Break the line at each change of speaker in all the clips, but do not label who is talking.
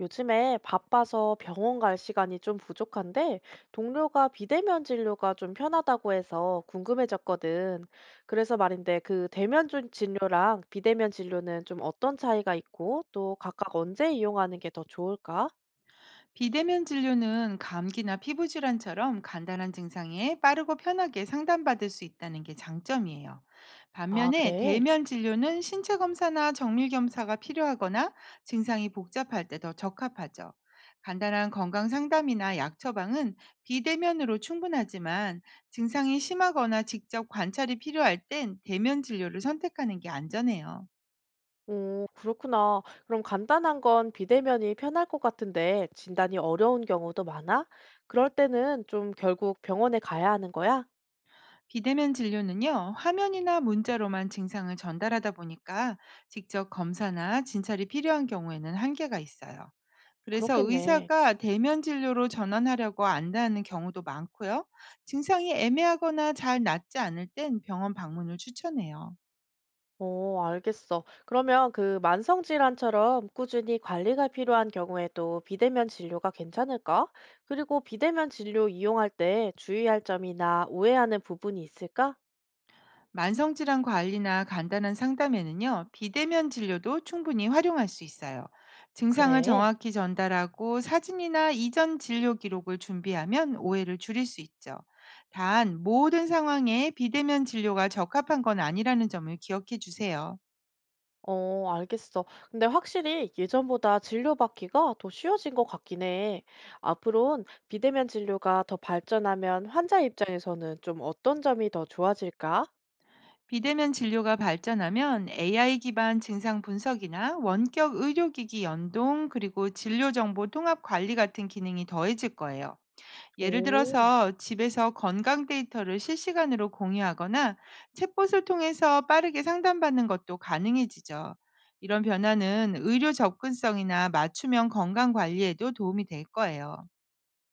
요즘에 바빠서 병원 갈 시간이 좀 부족한데, 동료가 비대면 진료가 좀 편하다고 해서 궁금해졌거든. 그래서 말인데, 그 진료랑 비대면 진료는 좀 어떤 차이가 있고, 또 각각 언제 이용하는 게 더 좋을까?
비대면 진료는 감기나 피부 질환처럼 간단한 증상에 빠르고 편하게 상담받을 수 있다는 게 장점이에요.
아,
반면에
그래?
대면 진료는 신체 검사나 정밀 검사가 필요하거나 증상이 복잡할 때 더 적합하죠. 간단한 건강 상담이나 약 처방은 비대면으로 충분하지만, 증상이 심하거나 직접 관찰이 필요할 땐 대면 진료를 선택하는 게 안전해요.
오, 그렇구나. 그럼 간단한 건 비대면이 편할 것 같은데, 진단이 어려운 경우도 많아? 그럴 때는 좀 결국 병원에 가야 하는 거야?
비대면 진료는요, 화면이나 문자로만 증상을 전달하다 보니까 직접 검사나 진찰이 필요한 경우에는 한계가 있어요. 그래서
그렇겠네.
의사가 대면 진료로 전환하려고 안다는 경우도 많고요. 증상이 애매하거나 잘 낫지 않을 땐 병원 방문을 추천해요.
어, 알겠어. 그러면 그 만성질환처럼 꾸준히 관리가 필요한 경우에도 비대면 진료가 괜찮을까? 그리고 비대면 진료 이용할 때 주의할 점이나 우회하는 부분이 있을까?
만성질환 관리나 간단한 상담에는요, 비대면 진료도 충분히 활용할 수 있어요. 증상을
그래.
정확히 전달하고 사진이나 이전 진료 기록을 준비하면 오해를 줄일 수 있죠. 단, 모든 상황에 비대면 진료가 적합한 건 아니라는 점을 기억해 주세요.
어, 알겠어. 근데 확실히 예전보다 진료받기가 더 쉬워진 것 같긴 해. 앞으로는 비대면 진료가 더 발전하면 환자 입장에서는 좀 어떤 점이 더 좋아질까?
비대면 진료가 발전하면 AI 기반 증상 분석이나 원격 의료기기 연동, 그리고 진료 정보 통합 관리 같은 기능이 더해질 거예요. 예를
오.
들어서 집에서 건강 데이터를 실시간으로 공유하거나 챗봇을 통해서 빠르게 상담받는 것도 가능해지죠. 이런 변화는 의료 접근성이나 맞춤형 건강 관리에도 도움이 될 거예요.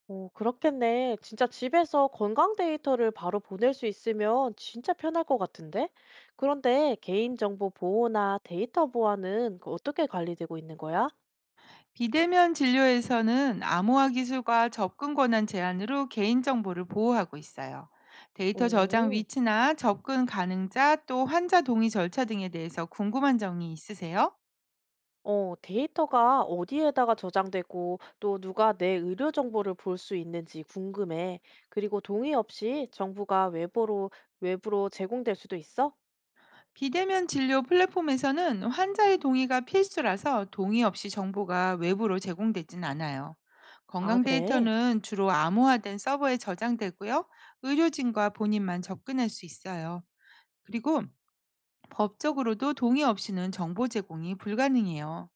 오, 그렇겠네. 진짜 집에서 건강 데이터를 바로 보낼 수 있으면 진짜 편할 것 같은데? 그런데 개인정보 보호나 데이터 보안은 그 어떻게 관리되고 있는 거야?
비대면 진료에서는 암호화 기술과 접근 권한 제한으로 개인정보를 보호하고 있어요. 데이터 저장
오,
위치나 접근 가능자, 또 환자 동의 절차 등에 대해서 궁금한 점이 있으세요?
어, 데이터가 어디에다가 저장되고 또 누가 내 의료 정보를 볼 수 있는지 궁금해. 그리고 동의 없이 정부가 외부로 제공될 수도 있어?
비대면 진료 플랫폼에서는 환자의 동의가 필수라서 동의 없이 정보가 외부로 제공되진 않아요.
아,
건강
그래?
데이터는 주로 암호화된 서버에 저장되고요. 의료진과 본인만 접근할 수 있어요. 그리고 법적으로도 동의 없이는 정보 제공이 불가능해요.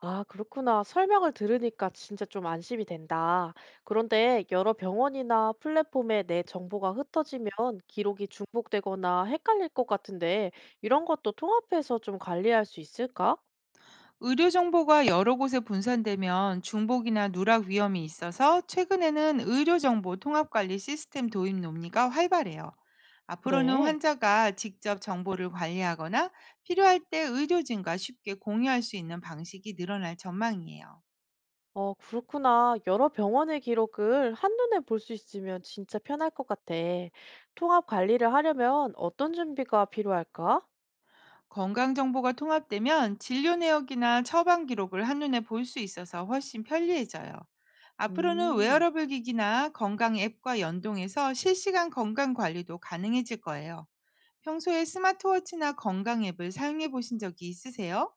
아, 그렇구나. 설명을 들으니까 진짜 좀 안심이 된다. 그런데 여러 병원이나 플랫폼에 내 정보가 흩어지면 기록이 중복되거나 헷갈릴 것 같은데 이런 것도 통합해서 좀 관리할 수 있을까?
의료 정보가 여러 곳에 분산되면 중복이나 누락 위험이 있어서, 최근에는 의료 정보 통합 관리 시스템 도입 논의가 활발해요. 앞으로는
그래.
환자가 직접 정보를 관리하거나 필요할 때 의료진과 쉽게 공유할 수 있는 방식이 늘어날 전망이에요.
어, 그렇구나. 여러 병원의 기록을 한눈에 볼 수 있으면 진짜 편할 것 같아. 통합 관리를 하려면 어떤 준비가 필요할까?
건강 정보가 통합되면 진료 내역이나 처방 기록을 한눈에 볼 수 있어서 훨씬 편리해져요. 앞으로는
음.
웨어러블 기기나 건강 앱과 연동해서 실시간 건강 관리도 가능해질 거예요. 평소에 스마트워치나 건강 앱을 사용해 보신 적이 있으세요?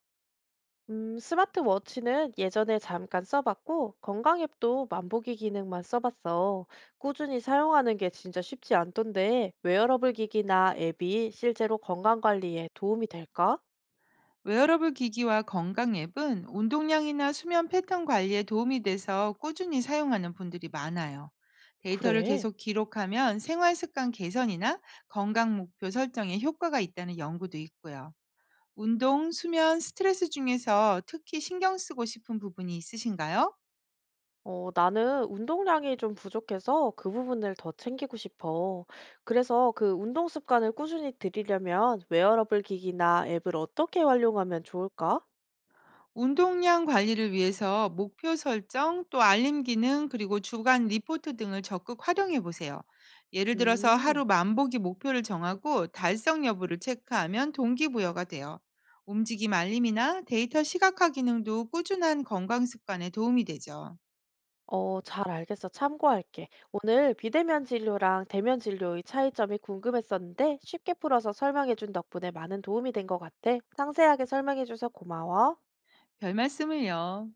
스마트워치는 예전에 잠깐 써봤고, 건강 앱도 만보기 기능만 써봤어. 꾸준히 사용하는 게 진짜 쉽지 않던데, 웨어러블 기기나 앱이 실제로 건강 관리에 도움이 될까?
웨어러블 기기와 건강 앱은 운동량이나 수면 패턴 관리에 도움이 돼서 꾸준히 사용하는 분들이 많아요. 데이터를
그래.
계속 기록하면 생활 습관 개선이나 건강 목표 설정에 효과가 있다는 연구도 있고요. 운동, 수면, 스트레스 중에서 특히 신경 쓰고 싶은 부분이 있으신가요?
어, 나는 운동량이 좀 부족해서 그 부분을 더 챙기고 싶어. 그래서 그 운동 습관을 꾸준히 들이려면 웨어러블 기기나 앱을 어떻게 활용하면 좋을까?
운동량 관리를 위해서 목표 설정, 또 알림 기능, 그리고 주간 리포트 등을 적극 활용해 보세요. 예를 들어서
음.
하루 만보기 목표를 정하고 달성 여부를 체크하면 동기부여가 돼요. 움직임 알림이나 데이터 시각화 기능도 꾸준한 건강 습관에 도움이 되죠.
어, 잘 알겠어. 참고할게. 오늘 비대면 진료랑 대면 진료의 차이점이 궁금했었는데 쉽게 풀어서 설명해준 덕분에 많은 도움이 된 것 같아. 상세하게 설명해줘서 고마워.
별 말씀을요.